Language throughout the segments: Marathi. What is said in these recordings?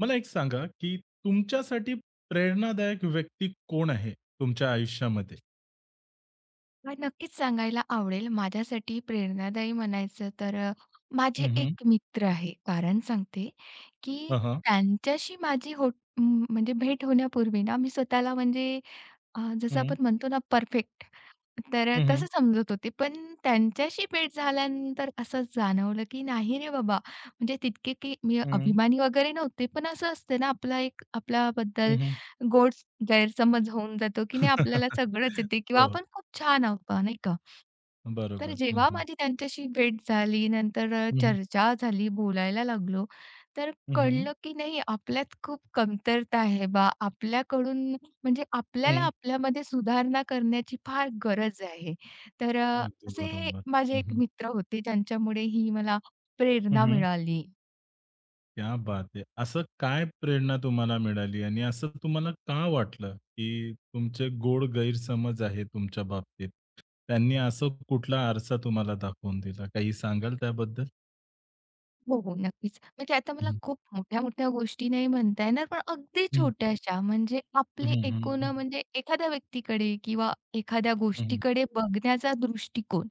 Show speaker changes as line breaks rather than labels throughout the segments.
मला एक सांगा, की तुमच्यासाठी प्रेरणादायक व्यक्ती कोण आहे तुमच्या आयुष्यामध्ये?
मला नक्कीच सांगायला आवडेल. माझ्यासाठी प्रेरणादायी म्हणायचं तर माझे
हं, हं.
एक मित्र आहे. कारण सांगते, की
हां, हां.
त्यांच्याशी माझी होत म्हणजे भेट होण्यापूर्वी ना, मी स्वतःला म्हणजे जसं
हं.
आपण म्हणतो ना परफेक्ट, तर
हं,
तसं
हं.
समजत होते. पण त्यांच्याशी भेट झाल्यानंतर असं जाणवलं, की नाही रे बाबा, म्हणजे तितके की मी
हं.
अभिमानी वगैरे नव्हते. पण असं असतं ना, आपला एक आपल्याबद्दल
हं, हं.
गोड गैरसमज होऊन जातो, की नाही आपल्याला सगळंच येते किंवा
हो.
आपण खूप छान आहोत बा, नाही का? तर
बरोबर. हं,
जेव्हा
हं.
माझी त्यांच्याशी भेट झाली, नंतर
हं, हं.
चर्चा झाली, बोलायला लागलो, तर
हं,
कळलं की नाही आपल्यात खूप कमतरता आहे बा. आपल्याकडून म्हणजे आपल्याला आपल्यामध्ये सुधारणा करण्याची फार गरज आहे. तर
अगदी
असे
बरोबर.
माझे
हं,
एक
हं.
मित्र होते ज्यांच्यामुळे ही मला प्रेरणा मिळाली.
क्या बात है! असं काय प्रेरणा तुम्हाला मिळाली आणि असं तुम्हाला का वाटलं, की तुमचे गोड गैरसमज आहे तुमच्या बाबतीत? त्यांनी असं कुठला आरसा तुम्हाला दाखवून दिला? काही सांगाल त्याबद्दल?
हो, हो. नक्कीच. म्हणजे आता मला
हं.
खूप मोठ्या-मोठ्या गोष्टी नाही म्हणता येणार, पण अगदी छोट्याशा म्हणजे आपली
हं,
एकूण
हं.
म्हणजे एखाद्या व्यक्तीकडे किंवा एखाद्या
हं, हं.
गोष्टीकडे बघण्याचा दृष्टिकोन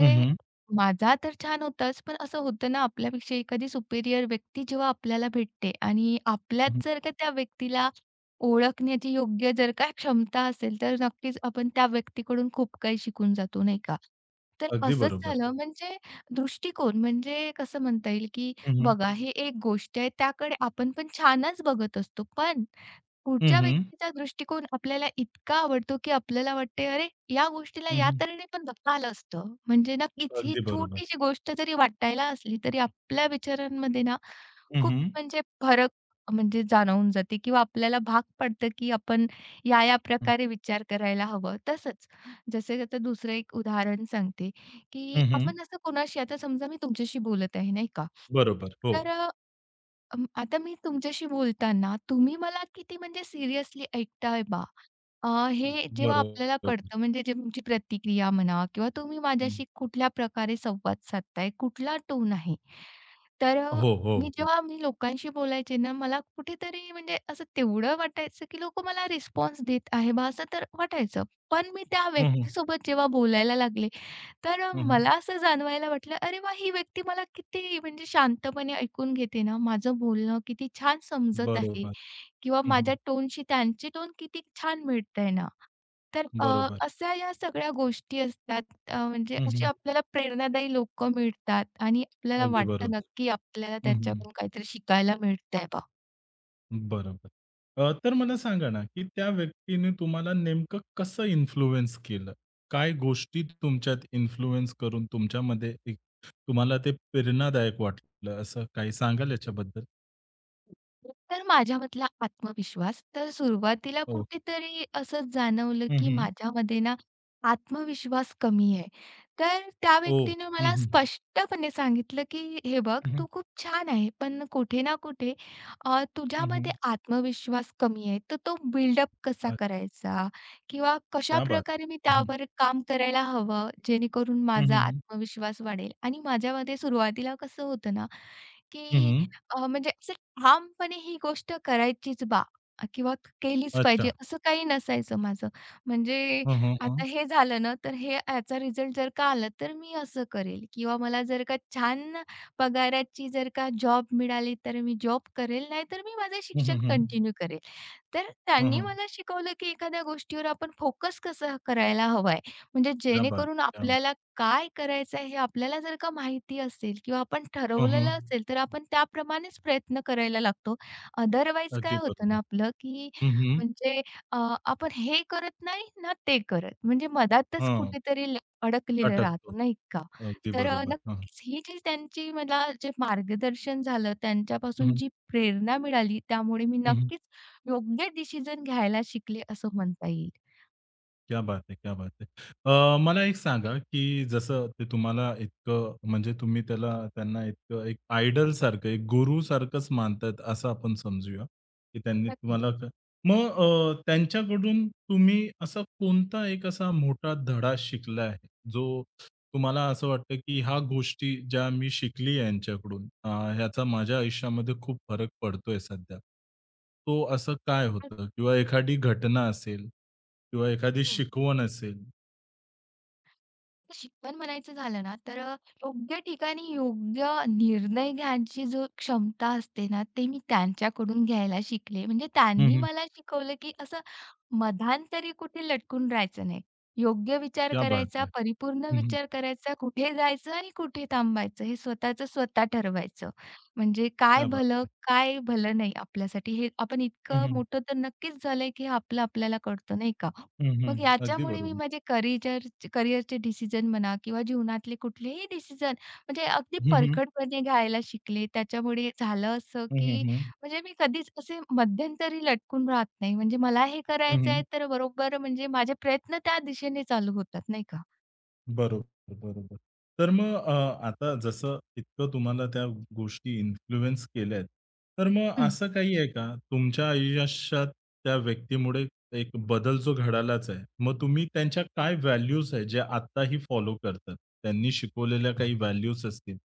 हं, हं.
माझा तर छान होताच, पण असं होतं ना, आपल्यापेक्षा एखादी सुपेरियर व्यक्ती जेव्हा आपल्याला भेटते आणि
हं, हं.
आपल्यात जर का त्या व्यक्तीला ओळखण्याची योग्य जर का क्षमता असेल, तर नक्कीच आपण त्या व्यक्तीकडून खूप काही शिकून जातो, नाही का? तर
अगदी
असंच
बरोबर.
झालं हो. म्हणजे दृष्टिकोन म्हणजे कसं म्हणता येईल, की
हं, हं.
बघा, हे एक गोष्ट आहे त्याकडे आपण पण छानच बघत असतो. पण
हं,
पुढच्या
हं.
व्यक्तीचा दृष्टिकोन आपल्याला इतका आवडतो, की आपल्याला वाटते, "अरे, या गोष्टीला
हं,
या
हं.
तऱ्हेने पण बघता आलं असतं." म्हणजे नक्कीच ही
अगदी बरोबर.
छोटीशी गोष्ट जरी वाटायला असली, तरी आपल्या विचारांमध्ये ना
हं,
खूप
हं.
म्हणजे फरक म्हणजे जाणवून जाते किंवा आपल्याला भाग पडतं, की आपण या-या
हं.
प्रकारे विचार करायला हवं. तसंच जसं की आता दुसरं एक उदाहरण सांगते, की
हं, हं.
आपण असं कोणाशी आता समजा मी तुमच्याशी बोलत आहे, नाही का?
बरोबर. हो.
तर आता मी तुमच्याशी बोलताना तुम्ही मला किती म्हणजे सिरियसली ऐकताय बा. हे जेव्हा आपल्याला
बरोबर.
कळतं म्हणजे जे तुमची प्रतिक्रिया म्हणा किंवा तुम्ही
हं.
माझ्याशी कुठल्या प्रकारे संवाद साधताय कुठला टोन आहे, तर
हो, हो,
मी
हो.
जेव्हा मी लोकांशी बोलायचे ना मला कुठेतरी म्हणजे असं तेवढं वाटायचं की लोक मला रिस्पॉन्स देत आहे बा असं तर वाटायचं. पण मी त्या
हं, हं.
व्यक्तीसोबत जेव्हा बोलायला लागले तर
हं, हं.
मला असं जाणवायला वाटलं, अरे वाह! ही व्यक्ती मला किती म्हणजे शांतपणे ऐकून घेते ना, माझं बोलणं किती छान समजत आहे
बरोबर.
किंवा
हं, हं.
माझ्या टोनशी त्यांची टोन किती छान मिळतंय ना. तर
बरोबर.
अशा या सगळ्या गोष्टी असतात. म्हणजे
हं,
अशी
हं.
आपल्याला प्रेरणादायी लोकं मिळतात आणि आपल्याला
अगदी
वाटतं ना,
बरोबर.
आपल्याला
हं, हं.
त्यांच्याकडून काहीतरी शिकायला मिळतंय.
बरोबर. तर मला सांगा ना, की त्या व्यक्तीने तुम्हाला नेमकं कसं इन्फ्लुअन्स केलं? काय गोष्टी तुमच्यात इन्फ्लुअन्स करून तुमच्यामध्ये एक तुम्हाला ते प्रेरणादायक वाटलं असं काही सांगाल याच्याबद्दल?
तर माझ्यामधला आत्मविश्वास, तर सुरुवातीला
हो.
कुठेतरी असं जाणवलं,
हं,
की
हं.
माझ्यामध्ये ना आत्मविश्वास कमी आहे. तर त्या
हो.
व्यक्तीने
हं,
मला
हं.
स्पष्टपणे सांगितलं, की "हे बघ,
हं, हं.
तू खूप छान आहे, पण कुठे ना कुठे
हं, हं.
तुझ्यामध्ये आत्मविश्वास कमी आहे. तर तो बिल्डअप कसा
अ,
करायचा किंवा
क्या बात है!
कशाप्रकारे मी
हं, हं.
त्यावर काम करायला हवं, जेणेकरून
हं,
माझा
हं.
आत्मविश्वास वाढेल." आणि माझ्यामध्ये सुरुवातीला कसं होतं ना,
हं,
की
हं.
म्हणजे असं ठामपणे ही गोष्ट करायचीच बा किंवा केलीच पाहिजे
अच्छा.
असं काही नसायचं माझं. म्हणजे
हं, हं, हं.
आता हे झालं ना, तर हे याचा रिझल्ट जर का आला तर मी असं करेल किंवा मला जर का छान पगाराची जर का जॉब मिळाली तर मी जॉब करेल, नाही तर मी माझं
हं, हं,
शिक्षण
हं.
कंटिन्यू करेल. तर
हं,
त्यांनी
हं.
मला शिकवलं, की एखाद्या गोष्टीवर आपण फोकस कसा करायला हवाय. म्हणजे
क्या बात
जेणेकरून
है! क्या बात
आपल्याला काय करायचंय हे आपल्याला जर का माहिती असेल किंवा आपण
है! हं,
ठरवलेलं
हं.
असेल, तर आपण त्याप्रमाणेच प्रयत्न करायला लागतो. अदरवाईज काय
अगदी
होतं ना
बरोबर.
आपलं, की
हं, हं.
म्हणजे अ, आपण हे करत नाही ना ते करत. म्हणजे मधातच
हां.
कुठेतरी अडकलेलं
अटकतो.
राहतो, नाही का?
अगदी
तर
बरोबर. हां.
नक्कीच ही जी त्यांची मला जे मार्गदर्शन झालं,
हं,
त्यांच्यापासून
हं.
जी प्रेरणा मिळाली, त्यामुळे मी
हं, हं.
नक्कीच योग्य डिसिजन घ्यायला शिकले असं म्हणता येईल.
क्या बात है! क्या बात है! मला एक सांगा, की जसं ते तुम्हाला इतकं म्हणजे तुम्ही त्यांना इतकं एक आयडल सारखं, एक गुरु सारखंच मानतात असं आपण समजूया, की त्यांनी
नक्कीच.
तुम्हाला मग त्यांच्याकडून तुम्ही असा कोणता एक असा मोठा धडा शिकला आहे, जो तुम्हाला असं वाटतं, की ह्या गोष्टी ज्या मी शिकली आहे यांच्याकडून, ह्याचा माझ्या आयुष्यामध्ये खूप फरक पडतोय सध्या. तो असं काय होतं? किंवा एखादी घटना असेल किंवा एखादी शिकवण असेल.
शिक्षण म्हणायचं झालं ना, तर योग्य ठिकाणी योग्य निर्णय घ्यायची जो क्षमता असते ना, ते मी त्यांच्याकडून घ्यायला शिकले. म्हणजे
हं,
त्यांनी
हं.
मला शिकवलं, की असं मधांतरी कुठे लटकून राहायचं नाही. योग्य विचार
क्या बात
करायचा,
है!
परिपूर्ण
हं, हं.
विचार करायचा, कुठे जायचं आणि कुठे थांबायचं हे स्वतःचं स्वतः ठरवायचं. म्हणजे काय
क्या बात
भलं,
है!
काय भलं नाही आपल्यासाठी हे आपण
हं,
इतकं
हं.
मोठं तर नक्कीच झालंय, की हे आपलं आपल्याला कळतं नाही का?
हं, हं.
मग
अगदी
याच्यामुळे मी
बरोबर.
माझे करियरचे डिसिजन म्हणा किंवा जीवनातले कुठलेही डिसिजन म्हणजे अगदी
हं, हं.
परखडपणे घ्यायला शिकले. त्याच्यामुळे झालं असं,
हं,
की
हं. हं.
म्हणजे मी कधीच असे मध्यंतरी लटकून राहत नाही. म्हणजे मला हे
हं,
करायचं
हं.
आहे, तर बरोबर म्हणजे माझे प्रयत्न त्या दिशेने चालू होतात, नाही का?
बरोबर, बरोबर. तर मग आता जसं इतकं तुम्हाला त्या गोष्टी इन्फ्लुअन्स केल्यात, तर मग असं काही आहे का तुमच्या आयुष्यात त्या व्यक्तीमुळे एक बदल जो घडालाच आहे, मग तुम्ही त्यांच्या काय व्हॅल्यूज आहेत, ज्या आत्ताही फॉलो करतात? त्यांनी शिकवलेल्या काही व्हॅल्यूज असतील,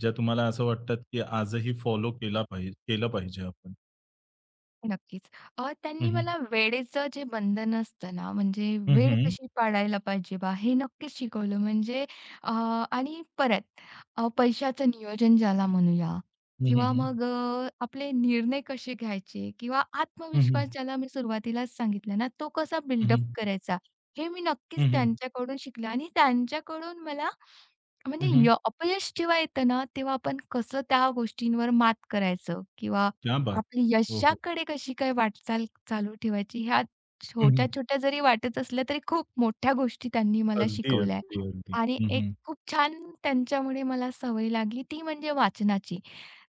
ज्या तुम्हाला असं वाटतात, की आजही फॉलो केला पाहि केलं पाहिजे आपण?
नक्कीच.
हं,
त्यांनी
हं.
मला वेळेचं जे बंधन असतं ना, म्हणजे
हं,
वेळ
हं.
कशी पाळायला पाहिजे बा, हे नक्कीच शिकवलं. म्हणजे अ, आणि परत पैशाचं नियोजन ज्याला म्हणूया
हं, हं,
किंवा
हं.
मग आपले निर्णय कसे घ्यायचे किंवा
हं, हं.
आत्मविश्वास ज्याला मी सुरुवातीलाच सांगितला ना, तो कसा बिल्डअप करायचा, हे मी नक्कीच त्यांच्याकडून शिकले आणि त्यांच्याकडून मला म्हणजे अपयश जेव्हा येतं ना, तेव्हा आपण कसं त्या गोष्टींवर मात करायचं किंवा
क्या बात है!
आपली
हो, हो.
यशाकडे कशी काय वाटचाल चालू ठेवायची, ह्या छोट्या-छोट्या जरी वाटत असल्या, तरी खूप मोठ्या गोष्टी त्यांनी मला
अगदी,
शिकवल्या
अगदी,
आहे.
अगदी.
आणि
हं,
एक
हं.
खूप छान त्यांच्यामुळे मला सवय लागली ती म्हणजे वाचनाची.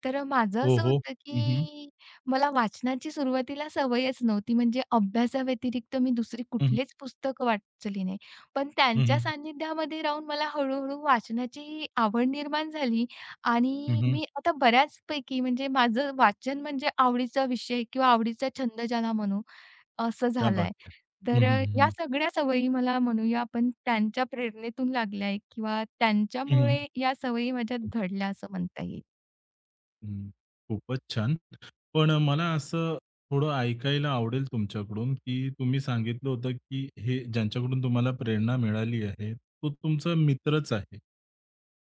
तर माझं
हो,
असं
हो.
होतं,
हं, हं.
की मला वाचनाची सुरुवातीला सवयच नव्हती. म्हणजे अभ्यासाव्यतिरिक्त मी दुसरी
हं, हं.
कुठलीच पुस्तकं वाचली नाही. पण
हं,
त्यांच्या
हं.
सान्निध्यामध्ये राहून मला हळू वाचनाची आवड निर्माण झाली
हं,
आणि
हं.
मी आता बऱ्याचपैकी म्हणजे माझं वाचन म्हणजे आवडीचा विषय किंवा आवडीचा छंद ज्याला म्हणू, असं
क्या बात
झालाय.
है!
तर
हं, हं,
या
हं.
सगळ्या सवयी मला म्हणूया आपण त्यांच्या प्रेरणेतून लागल्या आहे किंवा
हं, हं.
त्यांच्यामुळे या सवयी माझ्यात घडल्या असं म्हणता येईल.
हं, खूपच छान. पण मला असं थोडं ऐकायला आवडेल तुमच्याकडून, की तुम्ही सांगितलं होतं, की हे ज्यांच्याकडून तुम्हाला प्रेरणा मिळाली आहे, तो तुमचा मित्रच आहे.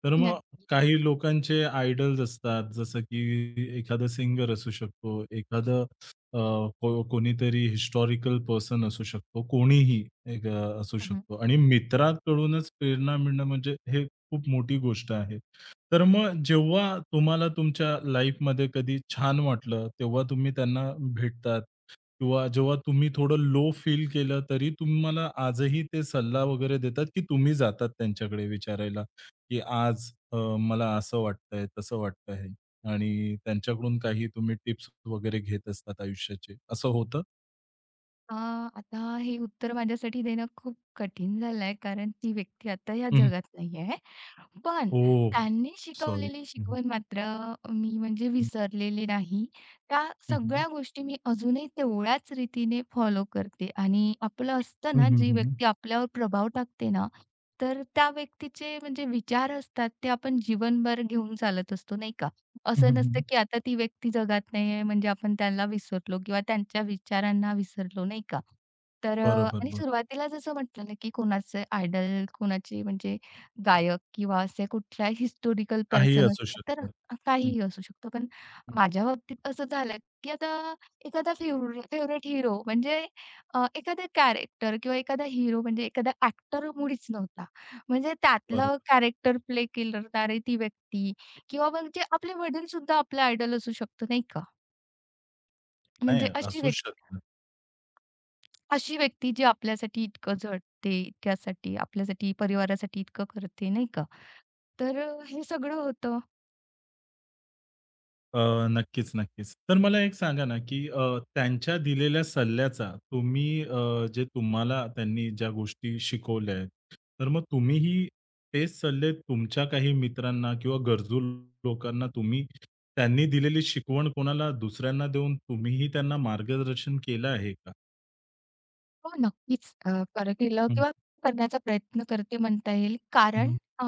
तर मग काही लोकांचे आयडल्स असतात, जसं की एखादा सिंगर असू शकतो, एखादं अ, कोणीतरी हिस्टॉरिकल पर्सन असू शकतो, कोणीही एक असू
नक्क
शकतो आणि मित्राकडूनच प्रेरणा मिळणं म्हणजे हे खूप मोठी गोष्ट आहे. तर मग जेव्हा तुम्हाला तुमच्या लाईफमध्ये कधी छान वाटलं, तेव्हा तुम्ही त्यांना भेटतात किंवा जेव्हा तुम्ही थोडं लो फील केलं, तरी तुम्हाला आजही ते सल्ला वगैरे देतात, की तुम्ही जातात त्यांच्याकडे विचारायला, की आज मला असं वाटतंय, तसं वाटतंय आणि त्यांच्याकडून काही तुम्ही टिप्स वगैरे घेत असतात आयुष्याचे, असं होतं?
आता हे उत्तर माझ्यासाठी देणं खूप कठीण झालंय, कारण ती व्यक्ती आता या
हं,
जगात नाहीये. पण
ओह!
त्यांनी
सॉरी.
शिकवलेली शिकवण मात्र मी म्हणजे
हं.
विसरलेली नाही. त्या
हं, हं.
सगळ्या गोष्टी मी अजूनही तेवढ्याच रीतीने फॉलो करते आणि आपलं असतं
हं,
ना,
हं,
जी
हं.
व्यक्ती आपल्यावर प्रभाव टाकते ना, तर त्या व्यक्तीचे म्हणजे विचार असतात ते आपण जीवनभर घेऊन चालत असतो, नाही का?
हं,
असं
हं,
नसतं,
हं.
की आता ती व्यक्ती जगात नाहीये म्हणजे आपण त्यांना विसरलो किंवा त्यांच्या विचारांना विसरलो, नाही का? तर
बरोबर,
आणि
बरोबर.
सुरुवातीला जसं म्हटलं ना, की कोणाचे आयडॉल, कोणाचे म्हणजे गायक किंवा असे कुठल्या हिस्टॉरिकल
काहीही
पर्सन
असू
असतात, तर
शकतं. हं.
काहीही असू शकतो. पण माझ्या बाबतीत असं झालं, की आता एखादा फेव्हरेट हीरो म्हणजे एखादा कॅरेक्टर किंवा एखादा हीरो म्हणजे एखादा ॲक्टर मुळीच नव्हता. म्हणजे
बरोबर.
त्यातलं कॅरेक्टर प्ले करणारी ती व्यक्ती किंवा मग जे आपले वडील सुद्धा आपले आयडॉल असू शकतो, नाही का? म्हणजे
नाही
अशी
असूच
व्यक्ती
शकतं.
अशी व्यक्ती जी आपल्यासाठी इतकं झटते, इतक्यासाठी आपल्यासाठी परिवारासाठी इतकं करते, नाही का? तर हे सगळं होतं.
अ, नक्कीच, नक्कीच. तर मला एक सांगा ना, की त्यांच्या दिलेल्या सल्ल्याचा तुम्ही जे तुम्हाला त्यांनी ज्या गोष्टी शिकवल्या आहेत, तर मग तुम्हीही तेच सल्ले तुमच्या काही मित्रांना किंवा गरजू लोकांना तुम्ही त्यांनी दिलेली शिकवण कोणाला दुसऱ्यांना देऊन तुम्हीही त्यांना मार्गदर्शन केलं आहे का?
हो, नक्कीच. केलं
हं,
किंवा करण्याचा प्रयत्न करते म्हणता येईल. कारण
हं,
अ,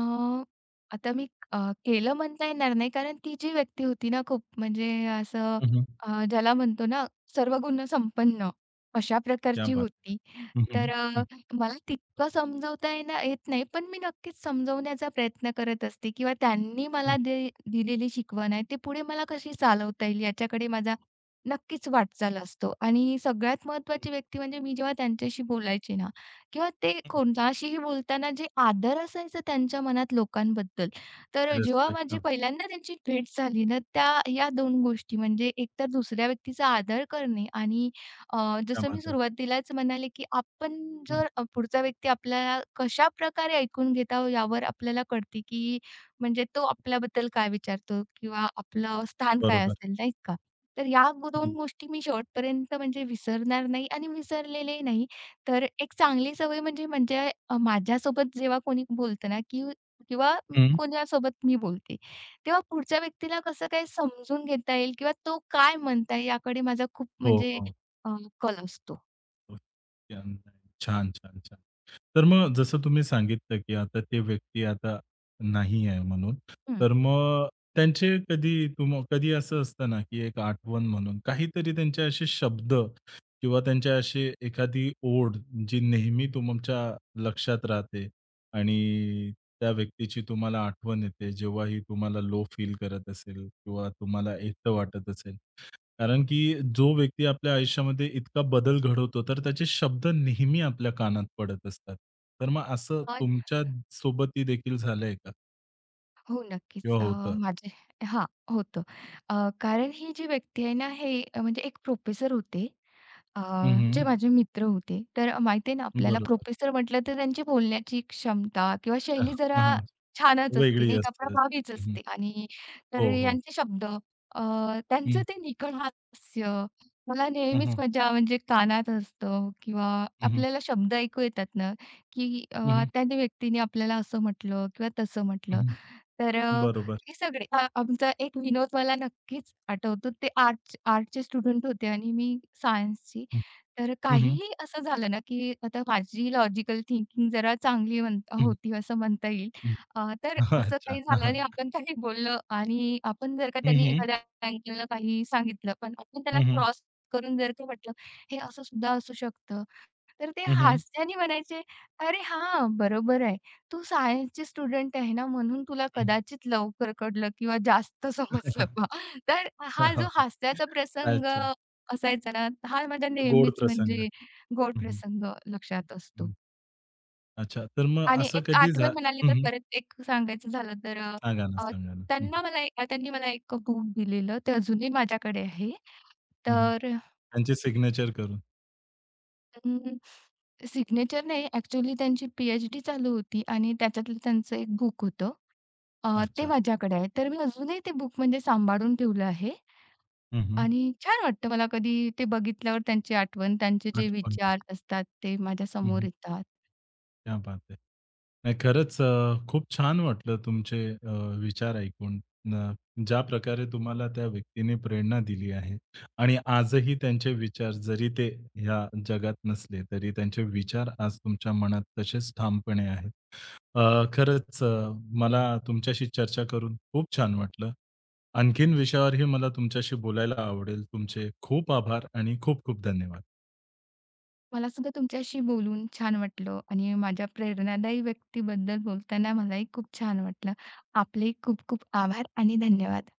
आता मी केलं म्हणता येणार नाही, कारण ती जी व्यक्ती होती ना, खूप म्हणजे असं
हं,
ज्याला म्हणतो ना, सर्व गुणसंपन्न अशा
क्या
प्रकारची
बात
होती.
हं,
तर
हं, हं,
मला तितकं समजवता येत नाही, पण मी नक्कीच समजवण्याचा प्रयत्न करत असते किंवा त्यांनी
हं,
मला दिलेली शिकवण आहे, ती पुढे मला कशी चालवता येईल याच्याकडे माझा नक्कीच वाटचाल असतो आणि सगळ्यात
हं,
महत्त्वाची व्यक्ती म्हणजे मी जेव्हा त्यांच्याशी बोलायचे ना किंवा ते
हं.
कोणाशीही बोलताना जे आदर असायचा त्यांच्या मनात लोकांबद्दल, तर जेव्हा
रिस्पेक्ट.
माझी
हां,
पहिल्यांदा त्यांची भेट झाली ना, त्या या 2 गोष्टी म्हणजे एकतर दुसऱ्या व्यक्तीचा आदर करणे आणि
क्या
जसं मी
बात है!
सुरुवातीलाच म्हणाले, की आपण
हं,
जर पुढचा व्यक्ती आपल्याला कशाप्रकारे ऐकून घेतो यावर आपल्याला कळते, की म्हणजे तो आपल्याबद्दल काय विचारतो किंवा आपलं स्थान काय
बरोबर.
असेल, नाही का? तर या
हं,
2 गोष्टी मी शेवटपर्यंत म्हणजे विसरणार नाही आणि विसरलेले नाही. तर एक चांगली सवय म्हणजे म्हणजे माझ्यासोबत जेव्हा कोणी बोलतं ना की किंवा
हं.
कोणासोबत मी बोलते, तेव्हा पुढच्या व्यक्तीला कसं काय समजून घेता येईल किंवा तो काय म्हणत आहे याकडे माझा खूप
हो,
म्हणजे
हो.
अ, कल असतो.
हो. छान, छान, छान. छान. तर मग जसं तुम्ही सांगितलं, की आता ते व्यक्ती आता नाही आहे म्हणून.
हं.
तर मग त्यांचे कधी कधी असं असतं ना, की एक आठवण म्हणून काहीतरी त्यांचे असे शब्द किंवा त्यांच्या अशी एखादी ओढ जी नेहमी तुमच्या लक्षात राहते आणि त्या व्यक्तीची तुम्हाला आठवण येते, जेव्हाही तुम्हाला लो फील करत असेल किंवा तुम्हाला एकटं वाटत असेल. कारण की जो व्यक्ती आपल्या आयुष्यामध्ये इतका बदल घडवतो, तर त्याचे शब्द नेहमी आपल्या कानात पडत असतात. तर मग असं
पण
तुमच्या सोबतही देखील झालंय का?
हो, नक्कीच.
किंवा होतं?
माझे हां, होतं. अ, कारण ही जी व्यक्ती आहे ना, हे म्हणजे एक प्रोफेसर होते. अ,
हं, हं.
जे माझे मित्र होते, तर माहिती आहे ना आपल्याला
बरोबर.
प्रोफेसर म्हटलं तर त्यांची बोलण्याची क्षमता किंवा
अच्छा.
शैली
हं,
जरा
हं.
छानच असते
वेगळी
नाही का,
असते.
प्रभावीच
हं, हं.
असते आणि
हो,
तर
हो.
यांचे शब्द त्यांचं
हं,
ते निखळ हास्य मला
हं,
नेहमीच
हं.
माझ्या म्हणजे कानात असतं किंवा
हं, हं.
आपल्याला शब्द ऐकू येतात ना, की
हं, हं.
त्या व्यक्तीने आपल्याला असं म्हटलं किंवा तसं
हं,
म्हटलं. तर
हं. बरोबर.
हे सगळे आमचा एक विनोद मला नक्कीच आठवतो. ते आर्टचे स्टुडंट होते आणि मी सायन्सची.
हं,
तर
हं, हं.
काहीही असं झालं ना, की आता माझी लॉजिकल थिंकिंग जरा चांगली
हं,
होती असं म्हणता येईल.
हं.
तर असं
अच्छा.
काही
हां,
झालं
हां.
आणि आपण काही बोललं आणि आपण जर का
हं,
त्यांनी
हं.
एखाद्या अँगलनं काही सांगितलं, पण आपण त्याला
हं, हं.
क्रॉस करून जर का म्हटलं, "हे असं सुद्धा असू शकतं." तर ते
हं, हं.
हास्याने म्हणायचे, "अरे हां, बरोबर आहे." तू सायन्सची स्टुडंट आहे ना, म्हणून तुला
हं.
कदाचित लवकर कळलं किंवा जास्त समजलं बा. तर हा जो हास्याचा प्रसंग
अच्छा.
असायचा ना, हा माझा
गोड
नेहमीच
प्रसंग.
म्हणजे गोड
हं, हं.
प्रसंग लक्षात असतो.
हं. अच्छा. तर मग
आणि
असं
एक
कधी
आठवण म्हणाली
हं,
तर
हं.
परत एक सांगायचं झालं तर
सांगा ना, सांगा ना. हं, हं.
त्यांनी मला एक बुक दिलेलं, ते अजूनही माझ्याकडे आहे.
हं, हं.
तर
त्यांचे सिग्नेचर करून.
सिग्नेचर नाही, ॲक्चुअली त्यांची पी-एच-डी चालू होती आणि त्याच्यातलं त्यांचं एक बुक होतं. ते
अच्छा.
माझ्याकडे आहे. तर मी अजूनही ते बुक म्हणजे सांभाळून ठेवलं आहे
हं, हं.
आणि छान वाटतं मला कधी ते बघितल्यावर त्यांची आठवण, त्यांचे जे
आठवण.
विचार असतात ते
हं,
माझ्यासमोर
हं.
येतात.
क्या बात है! नाही खरंच खूप छान वाटलं तुमचे विचार ऐकून. न ज्या प्रकारे तुम्हाला त्या व्यक्तीने प्रेरणा दिली आहे आणि आजही त्यांचे विचार जरी ते ह्या जगात नसले, तरी त्यांचे विचार आज तुमच्या मनात तसेच ठामपणे आहेत. अ, खरंच मला तुमच्याशी चर्चा करून खूप छान वाटलं. आणखीन विषयावरही मला तुमच्याशी बोलायला आवडेल. तुमचे खूप आभार आणि खूप खूप धन्यवाद.
मला सुद्धा तुमच्याशी बोलून छान वाटलं आणि माझ्या प्रेरणादायी व्यक्तीबद्दल बोलताना मलाही खूप छान वाटलं. आपले खूप खूप आभार आणि धन्यवाद.